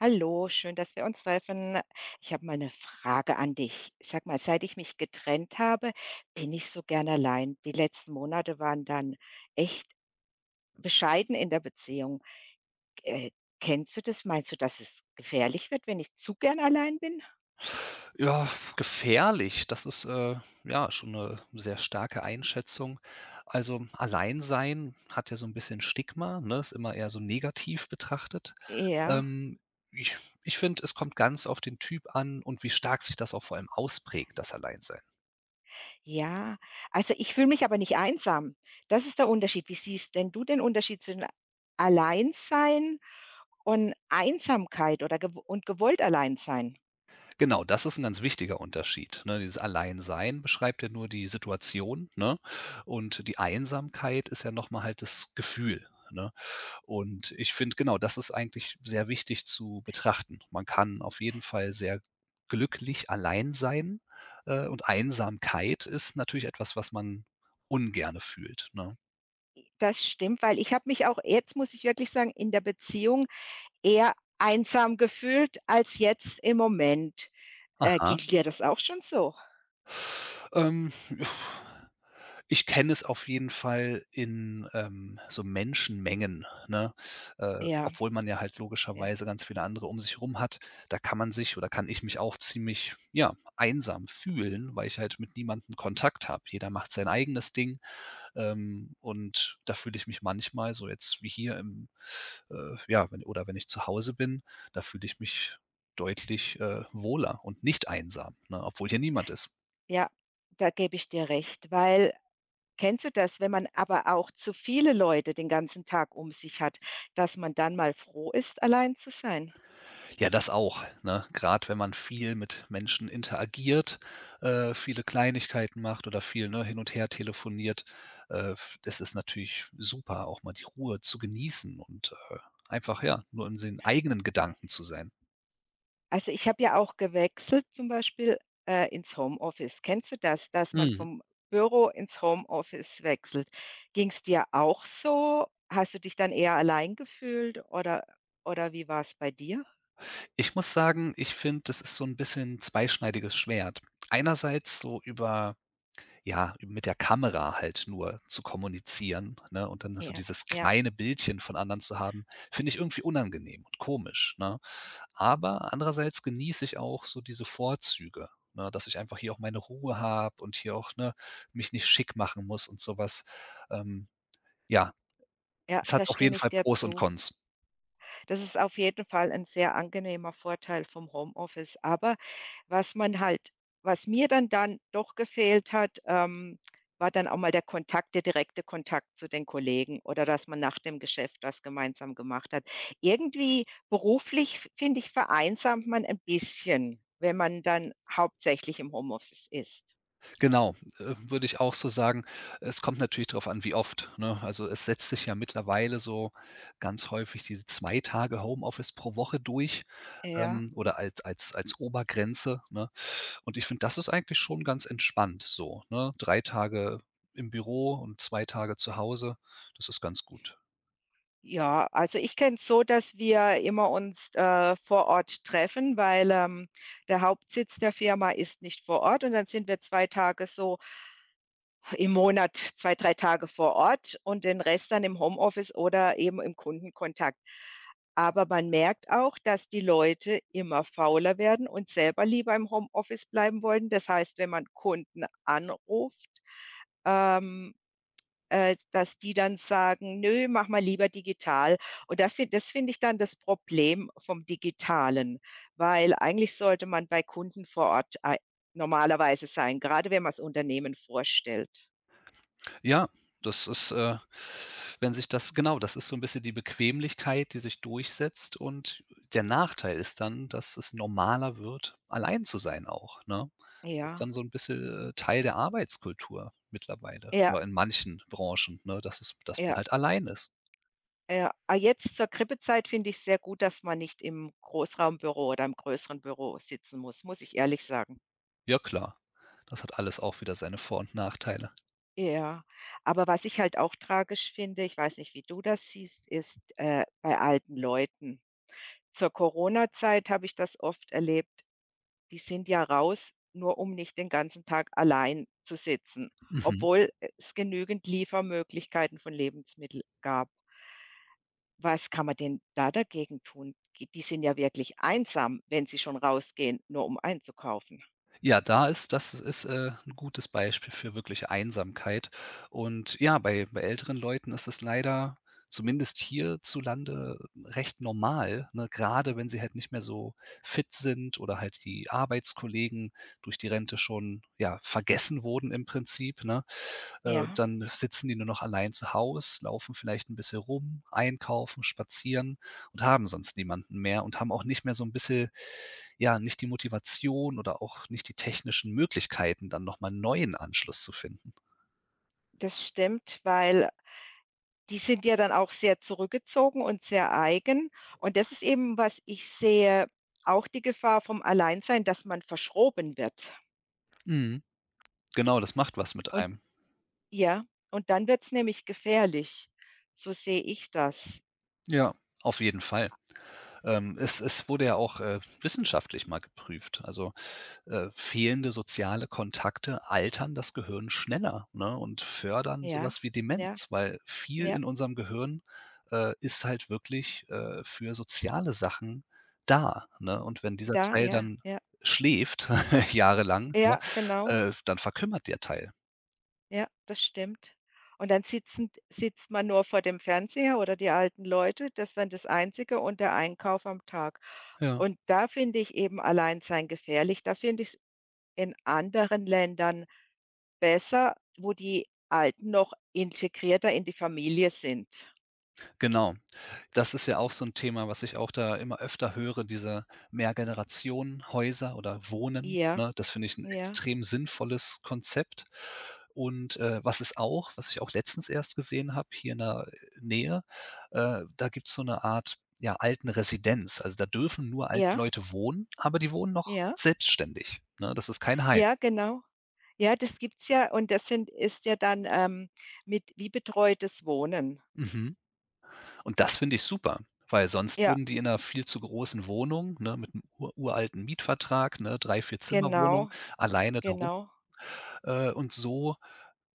Hallo, schön, dass wir uns treffen. Ich habe mal eine Frage an dich. Sag mal, seit ich mich getrennt habe, bin ich so gern allein. Die letzten Monate waren dann echt bescheiden in der Beziehung. Äh, Kennst du das? Meinst du, dass es gefährlich wird, wenn ich zu gern allein bin? Ja, gefährlich, das ist, ja, schon eine sehr starke Einschätzung. Also, Alleinsein hat ja so ein bisschen Stigma, ne? Ist immer eher so negativ betrachtet. Ja, Ähm, ich ich finde, es kommt ganz auf den Typ an und wie stark sich das auch vor allem ausprägt, das Alleinsein. ja. Also, ich fühle mich aber nicht einsam. Das ist der Unterschied. Wie siehst denn du den Unterschied zwischen Alleinsein und Einsamkeit oder gewollt allein sein? Genau, das ist ein ganz wichtiger Unterschied, ne? Dieses Alleinsein beschreibt ja nur die Situation, ne? Und die Einsamkeit ist ja noch mal halt das Gefühl, ne? Und ich finde, genau, das ist eigentlich sehr wichtig zu betrachten. Man kann auf jeden Fall sehr glücklich allein sein, und Einsamkeit ist natürlich etwas, was man ungerne fühlt, ne? Das stimmt, weil ich habe mich auch jetzt, muss ich wirklich sagen, in der Beziehung eher einsam gefühlt als jetzt im Moment. Ging Aha. dir das auch schon so? Ähm. Ich kenne es auf jeden Fall in, so Menschenmengen, ne? Ja, Obwohl man ja halt ja, logischerweise ganz viele andere um sich rum hat. Da kann man sich oder kann ich mich auch ziemlich, ja, einsam fühlen, weil ich halt mit niemandem Kontakt habe. Jeder macht sein eigenes Ding, und da fühle ich mich manchmal so jetzt wie hier im ja, wenn oder wenn ich zu Hause bin, da fühle ich mich deutlich, wohler und nicht einsam, ne, obwohl hier niemand ist. ja, da gebe ich dir recht, weil kennst du das, wenn man aber auch zu viele Leute den ganzen Tag um sich hat, dass man dann mal froh ist, allein zu sein? Ja, das auch, ne? Grad wenn man viel mit Menschen interagiert, viele Kleinigkeiten macht oder viel, ne, hin und her telefoniert, f das ist natürlich super, auch mal die Ruhe zu genießen und, einfach, ja, nur in den eigenen Gedanken zu sein. Also, ich habe ja auch gewechselt zum Beispiel, ins Homeoffice. Kennst du das, dass man Mhm. vom Büro ins Homeoffice wechselt? Ging es dir auch so? Hast du dich dann eher allein gefühlt oder wie war es bei dir? Ich muss sagen, ich finde, das ist so ein bisschen zweischneidiges Schwert. Einerseits so über ja, mit der Kamera halt nur zu kommunizieren, ne, und dann so Ja, dieses ja, kleine Bildchen von anderen zu haben, finde ich irgendwie unangenehm und komisch, ne? Aber andererseits genieße ich auch so diese Vorzüge, ne, dass ich einfach hier auch meine Ruhe habe und hier auch, ne, mich nicht schick machen muss und sowas. Ähm, ja, ja, es da hat auf stimme jeden ich Fall dir Pros und zu. Cons. Das ist auf jeden Fall ein sehr angenehmer Vorteil vom Homeoffice, aber was man halt, was mir dann doch gefehlt hat, war dann auch mal der Kontakt, der direkte Kontakt zu den Kollegen oder dass man nach dem Geschäft das gemeinsam gemacht hat. Irgendwie beruflich, f finde ich, vereinsamt man ein bisschen, wenn man dann hauptsächlich im Homeoffice ist. Genau, würde ich auch so sagen. Es kommt natürlich darauf an, wie oft, ne? Also, es setzt sich ja mittlerweile so ganz häufig diese 2 Tage Homeoffice pro Woche durch, Ja. Oder als als Obergrenze, ne? Und ich finde, das ist eigentlich schon ganz entspannt so, ne? 3 Tage im Büro und 2 Tage zu Hause, das ist ganz gut. Ja, also ich kenne es so, dass wir immer uns, vor Ort treffen, weil, der Hauptsitz der Firma ist nicht vor Ort, und dann sind wir 2 Tage so im Monat, zwei, drei Tage vor Ort und den Rest dann im Homeoffice oder eben im Kundenkontakt. Aber man merkt auch, dass die Leute immer fauler werden und selber lieber im Homeoffice bleiben wollen. Das heißt, wenn man Kunden anruft, ähm, dass die dann sagen: „Nö, mach mal lieber digital.“ Und da fin das finde ich dann das Problem vom Digitalen, weil eigentlich sollte man bei Kunden vor Ort ei normalerweise sein, gerade wenn man das Unternehmen vorstellt. Ja, das ist, wenn sich das genau, das ist so ein bisschen die Bequemlichkeit, die sich durchsetzt und der Nachteil ist dann, dass es normaler wird, allein zu sein auch, ne? Das ist Ja, dann so ein bisschen, Teil der Arbeitskultur mittlerweile ja, oder in manchen Branchen, ne, dass man ja, halt allein ist. ja. Ah, jetzt zur Krippezeit finde ich's sehr gut, dass man nicht im Großraumbüro oder im größeren Büro sitzen muss, muss ich ehrlich sagen. Ja klar, das hat alles auch wieder seine Vor und Nachteile. Ja, aber was ich halt auch tragisch finde, ich weiß nicht, wie du das siehst, ist, bei alten Leuten. Zur Corona-Zeit habe ich das oft erlebt, die sind ja raus, nur um nicht den ganzen Tag allein zu sitzen, Mhm. obwohl es genügend Liefermöglichkeiten von Lebensmittel gab. Was kann man denn da dagegen tun? G Die sind ja wirklich einsam, wenn sie schon rausgehen, nur um einzukaufen. Ja, da ist das ist, 'n gutes Beispiel für wirkliche Einsamkeit. Und ja, bei älteren Leuten ist es leider, zumindest hierzulande, recht normal, ne, gerade wenn sie halt nicht mehr so fit sind oder halt die Arbeitskollegen durch die Rente schon, ja, vergessen wurden im Prinzip, ne? Ja, Dann sitzen die nur noch allein zu Hause, laufen vielleicht ein bisschen rum, einkaufen, spazieren und haben sonst niemanden mehr und haben auch nicht mehr so ein bisschen ja, nicht die Motivation oder auch nicht die technischen Möglichkeiten, dann nochmal mal neuen Anschluss zu finden. das stimmt, weil die sind ja dann auch sehr zurückgezogen und sehr eigen. Und das ist eben, was ich sehe, auch die Gefahr vom Alleinsein, dass man verschroben wird. Mhm. Genau, das macht was mit Und einem. ja, und dann wird's nämlich gefährlich. So sehe ich das. Ja, auf jeden Fall. Es wurde ja auch, wissenschaftlich mal geprüft. Also, fehlende soziale Kontakte altern das Gehirn schneller, ne, und fördern Ja, sowas wie ja, Demenz, weil viel ja, in unserem Gehirn, ist halt wirklich, für soziale Sachen da, ne? Und wenn dieser da, Teil ja, dann ja. schläft jahrelang, ne, Ja, genau. Dann verkümmert der Teil. Ja, das stimmt. Und dann sitzen sitzt man nur vor dem Fernseher oder die alten Leute, das ist dann das Einzige und der Einkauf am Tag. Ja, Und da finde ich eben Alleinsein gefährlich. Da finde ich es in anderen Ländern besser, wo die Alten noch integrierter in die Familie sind. genau. Das ist ja auch so 'n Thema, was ich auch da immer öfter höre, diese Mehrgenerationenhäuser oder Wohnen, Ja, ne? Das finde ich 'n ja, extrem sinnvolles Konzept. Und, was ich auch letztens erst gesehen habe hier in der Nähe, da gibt's so 'ne Art, ja, Altenresidenz. Also, da dürfen nur alte ja, Leute wohnen, aber die wohnen noch ja, selbstständig, ne? Das ist kein Heim. ja, genau. Ja, das gibt's ja und das sind ist ja dann, mit wie betreutes Wohnen. Mhm. Und das finde ich super, weil sonst Ja, würden die in einer viel zu großen Wohnung, ne, mit einem ur uralten Mietvertrag, ne, 3 4 genau, Zimmerwohnung, alleine da rum genau, und so,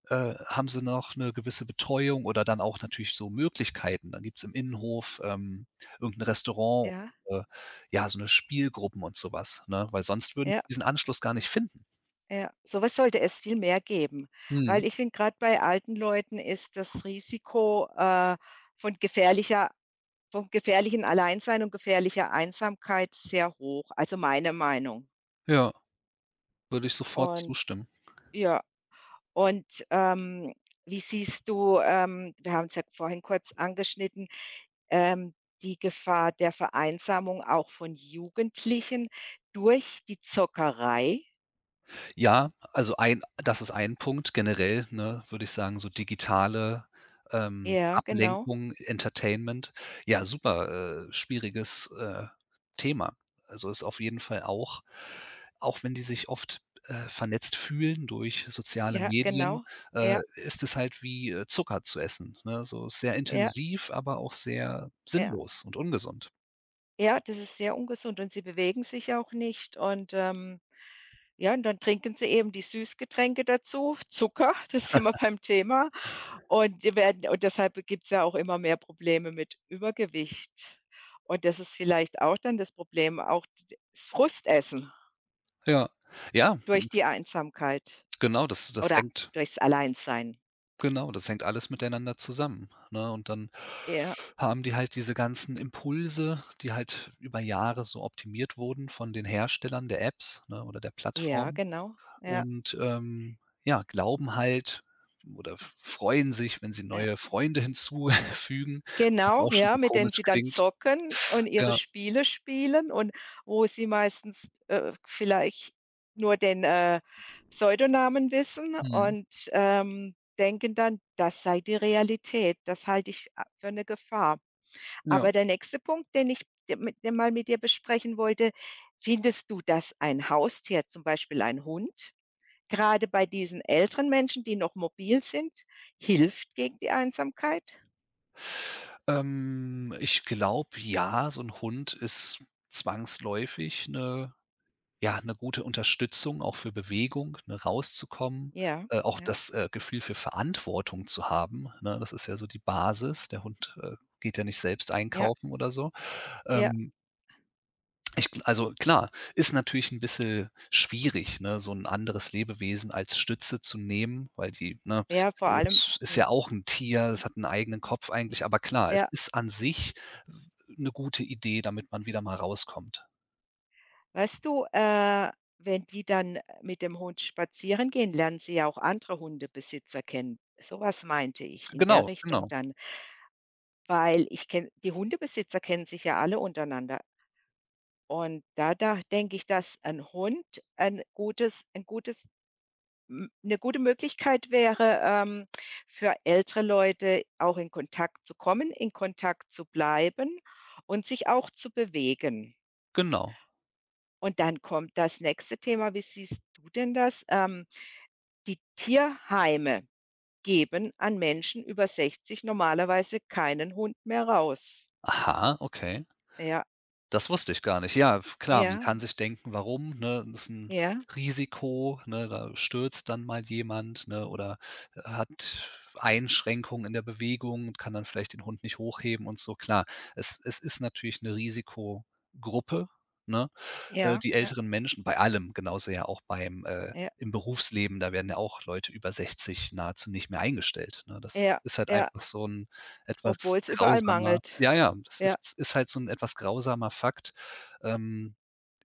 haben sie noch 'ne gewisse Betreuung oder dann auch natürlich so Möglichkeiten. Dann gibt's im Innenhof, irgend 'n Restaurant, ja, äh, ja, so 'ne Spielgruppen und so was, ne? Weil sonst würden ja. die diesen Anschluss gar nicht finden. Ja, sowas sollte es viel mehr geben, Mhm. weil ich finde, gerade bei alten Leuten ist das Risiko, von gefährlicher, vom gefährlichen Alleinsein und gefährlicher Einsamkeit sehr hoch, also meine Meinung. Ja, würde ich sofort Und zustimmen. ja, und, wie siehst du, wir haben es ja vorhin kurz angeschnitten, ähm, die Gefahr der Vereinsamung auch von Jugendlichen durch die Zockerei? Ja, also ein das ist ein Punkt. Generell, ne, würde ich sagen, so digitale, Ja, genau. Ablenkung, Entertainment. Ja, super, schwieriges, Thema. Also, ist auf jeden Fall auch wenn die sich oft, vernetzt fühlen durch soziale Ja, Medien, genau. Ja, ist es halt wie, Zucker zu essen, ne? So sehr ja, intensiv, aber auch sehr ja. sinnlos und ungesund. Ja, das ist sehr ungesund und sie bewegen sich auch nicht und, ja, und dann trinken sie eben die Süßgetränke dazu, Zucker, das sind wir beim Thema und die werden und deshalb gibt es ja auch immer mehr Probleme mit Übergewicht. Und das ist vielleicht auch dann das Problem, auch d das Frustessen Ja. Ja, durch die Einsamkeit genau, das das oder hängt durchs Alleinsein. genau, das hängt alles miteinander zusammen, ne? Und dann Ja, haben die halt diese ganzen Impulse, die halt über Jahre so optimiert wurden von den Herstellern der Apps, ne, oder der ja, Plattformen genau. Ja, und, ja, glauben halt oder f freuen sich, wenn sie ja. neue Freunde hinzufügen, was Genau, auch schon ja, so mit denen komisch sie dann klingt. zocken und ihre Ja, Spiele spielen und wo sie meistens, vielleicht nur den, Pseudonamen wissen mhm, und, denken dann, das sei die Realität. Das halte ich a für eine Gefahr. ja. Aber der nächste Punkt, den ich d mit den mal mit dir besprechen wollte: Findest du, dass ein Haustier, zum Beispiel ein Hund, gerade bei diesen älteren Menschen, die noch mobil sind, hilft gegen die Einsamkeit? Ich glaube, ja, so 'n Hund ist zwangsläufig 'ne Ja, eine gute Unterstützung auch für Bewegung, ne, rauszukommen, Ja, auch ja, das, Gefühl für Verantwortung zu haben, ne? Das ist ja so die Basis. Der Hund, geht ja nicht selbst ja. einkaufen oder so. Ja, Ähm, ich gl also klar, ist natürlich ein bisschen schwierig, ne, so ein anderes Lebewesen als Stütze zu nehmen, ja, vor allem, es ist ja, ja auch ein Tier, es hat einen eigenen Kopf eigentlich, aber klar, es ja. ist an sich eine gute Idee, damit man wieder mal rauskommt. Weißt du, wenn die dann mit dem Hund spazieren gehen, lernen sie ja auch andere Hundebesitzer kennen. Sowas meinte ich in der Genau, Richtung genau, dann, weil ich kenne die Hundebesitzer kennen sich ja alle untereinander. Und da denke ich, dass ein Hund ein gutes, m 'ne gute Möglichkeit wäre, für ältere Leute auch in Kontakt zu kommen, in Kontakt zu bleiben und sich auch zu bewegen. genau. Und dann kommt das nächste Thema, wie siehst du denn das? Die Tierheime geben an Menschen über 60 normalerweise keinen Hund mehr raus. Aha, okay. Ja, Das wusste ich gar nicht. Ja, f klar, man ja, kann sich denken: „Warum“, ne? Das ist ein ja, Risiko, ne? Da stürzt dann mal jemand, ne, oder hat Einschränkungen in der Bewegung und kann dann vielleicht den Hund nicht hochheben und so. Klar, es ist natürlich eine Risikogruppe, ne? Ja, Die ja, älteren Menschen bei allem, genauso ja auch beim ja, im Berufsleben, da werden ja auch Leute über 60 nahezu nicht mehr eingestellt, ne? Das ja, ist halt ja, einfach so ein etwas obwohl es überall grausamer mangelt. ja, ja, das Ja, ist halt so ein etwas grausamer Fakt. Ähm,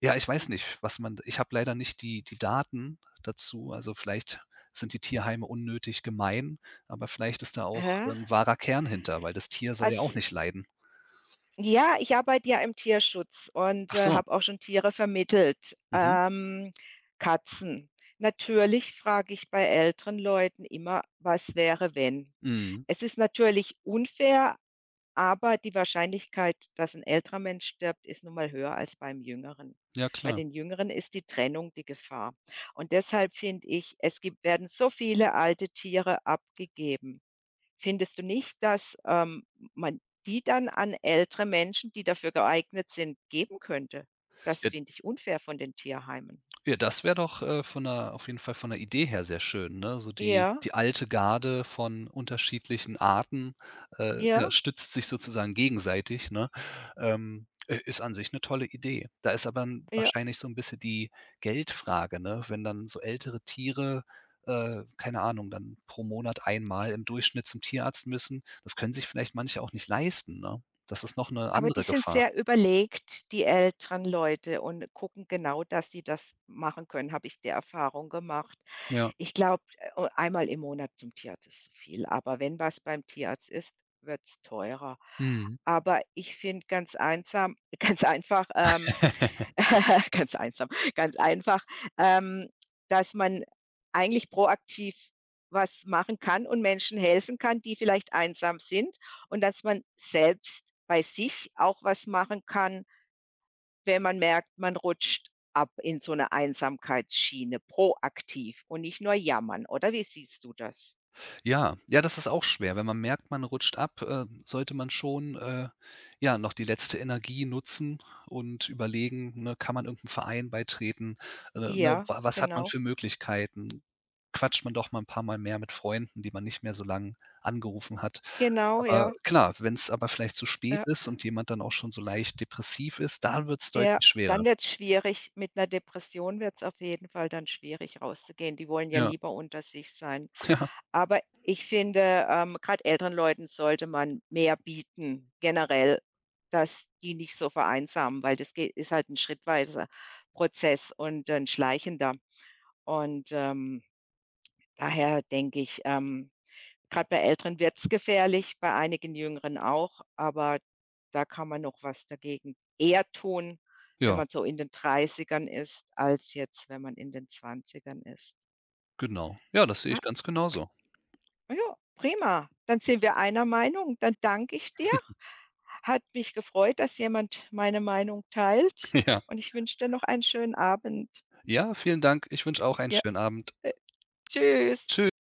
ja, ich weiß nicht, was man ich habe leider nicht die Daten dazu, also vielleicht sind die Tierheime unnötig gemein, aber vielleicht ist da auch ja. ein wahrer Kern hinter, weil das Tier soll ja Also auch nicht leiden. ja, ich arbeite ja im Tierschutz und, Ach so, habe auch schon Tiere vermittelt, mhm, Katzen. Natürlich frage ich bei älteren Leuten immer: „Was wäre, wenn?“ mhm. Es ist natürlich unfair, aber die Wahrscheinlichkeit, dass ein älterer Mensch stirbt, ist nun mal höher als beim Jüngeren. Ja Bei klar. den Jüngeren ist die Trennung die Gefahr. Und deshalb finde ich, es gibt, werden so viele alte Tiere abgegeben. Findest du nicht, dass, man die dann an ältere Menschen, die dafür geeignet sind, geben könnte? Das Ja finde ich unfair von den Tierheimen. Ja, das wäre doch, von der auf jeden Fall von der Idee her sehr schön, ne? So die Ja, alte Garde von unterschiedlichen Arten, ja, ja, stützt sich sozusagen gegenseitig, ne? I ist an sich eine tolle Idee. Da ist aber 'n ja. wahrscheinlich so ein bisschen die Geldfrage, ne? Wenn dann so ältere Tiere, keine Ahnung, dann pro Monat einmal im Durchschnitt zum Tierarzt müssen, das können sich vielleicht manche auch nicht leisten, ne? Das ist noch eine Aber die andere sind Gefahr. sehr überlegt, die älteren Leute, und gucken genau, dass sie das machen können, habe ich die Erfahrung gemacht. Ja. Ich glaube, einmal im Monat zum Tierarzt ist zu viel, aber wenn was beim Tierarzt ist, wird's teurer. Mhm. Aber ich finde ganz einsam ganz einfach, ganz einsam, ganz einfach, ähm, dass man eigentlich proaktiv was machen kann und Menschen helfen kann, die vielleicht einsam sind, und dass man selbst bei sich auch was machen kann, wenn man merkt, man rutscht ab in so eine Einsamkeitsschiene, proaktiv und nicht nur jammern, oder wie siehst du das? Ja, ja, das ist auch schwer. Wenn man merkt, man rutscht ab, sollte man schon, ja, noch die letzte Energie nutzen und überlegen, ne, kann man irgend Verein beitreten? Ne, Ja, wa was hat man genau. für Möglichkeiten? Quatscht man doch mal ein paar Mal mehr mit Freunden, die man nicht mehr so lange angerufen hat. Genau, Aber ja, klar, wenn es vielleicht zu spät ja. ist und jemand dann auch schon so leicht depressiv ist, dann wird es Ja, deutlich schwerer. dann wird's schwierig. Mit einer Depression wird's auf jeden Fall dann schwierig rauszugehen. Die wollen ja Ja, lieber unter sich sein. ja, Aber ich finde, grad älteren Leuten sollte man mehr bieten generell, dass die nicht so vereinsamen, weil das geht ist halt ein schrittweiser Prozess und ein schleichender. Und, daher denke ich, gerade bei Älteren wird's gefährlich, bei einigen Jüngeren auch, aber da kann man noch was dagegen eher tun, wenn ja, man so in den Dreißigern ist, als jetzt, wenn man in den Zwanzigern ist. genau. Ja, das sehe Ja, ich ganz genauso. ja, prima. Dann sind wir einer Meinung. Dann danke ich dir. Hat mich gefreut, dass jemand meine Meinung teilt, Ja. und ich wünsche dir noch einen schönen Abend. Ja, vielen Dank. Ich wünsche auch einen Ja, schönen Abend. äh, tschüss. Tschüss.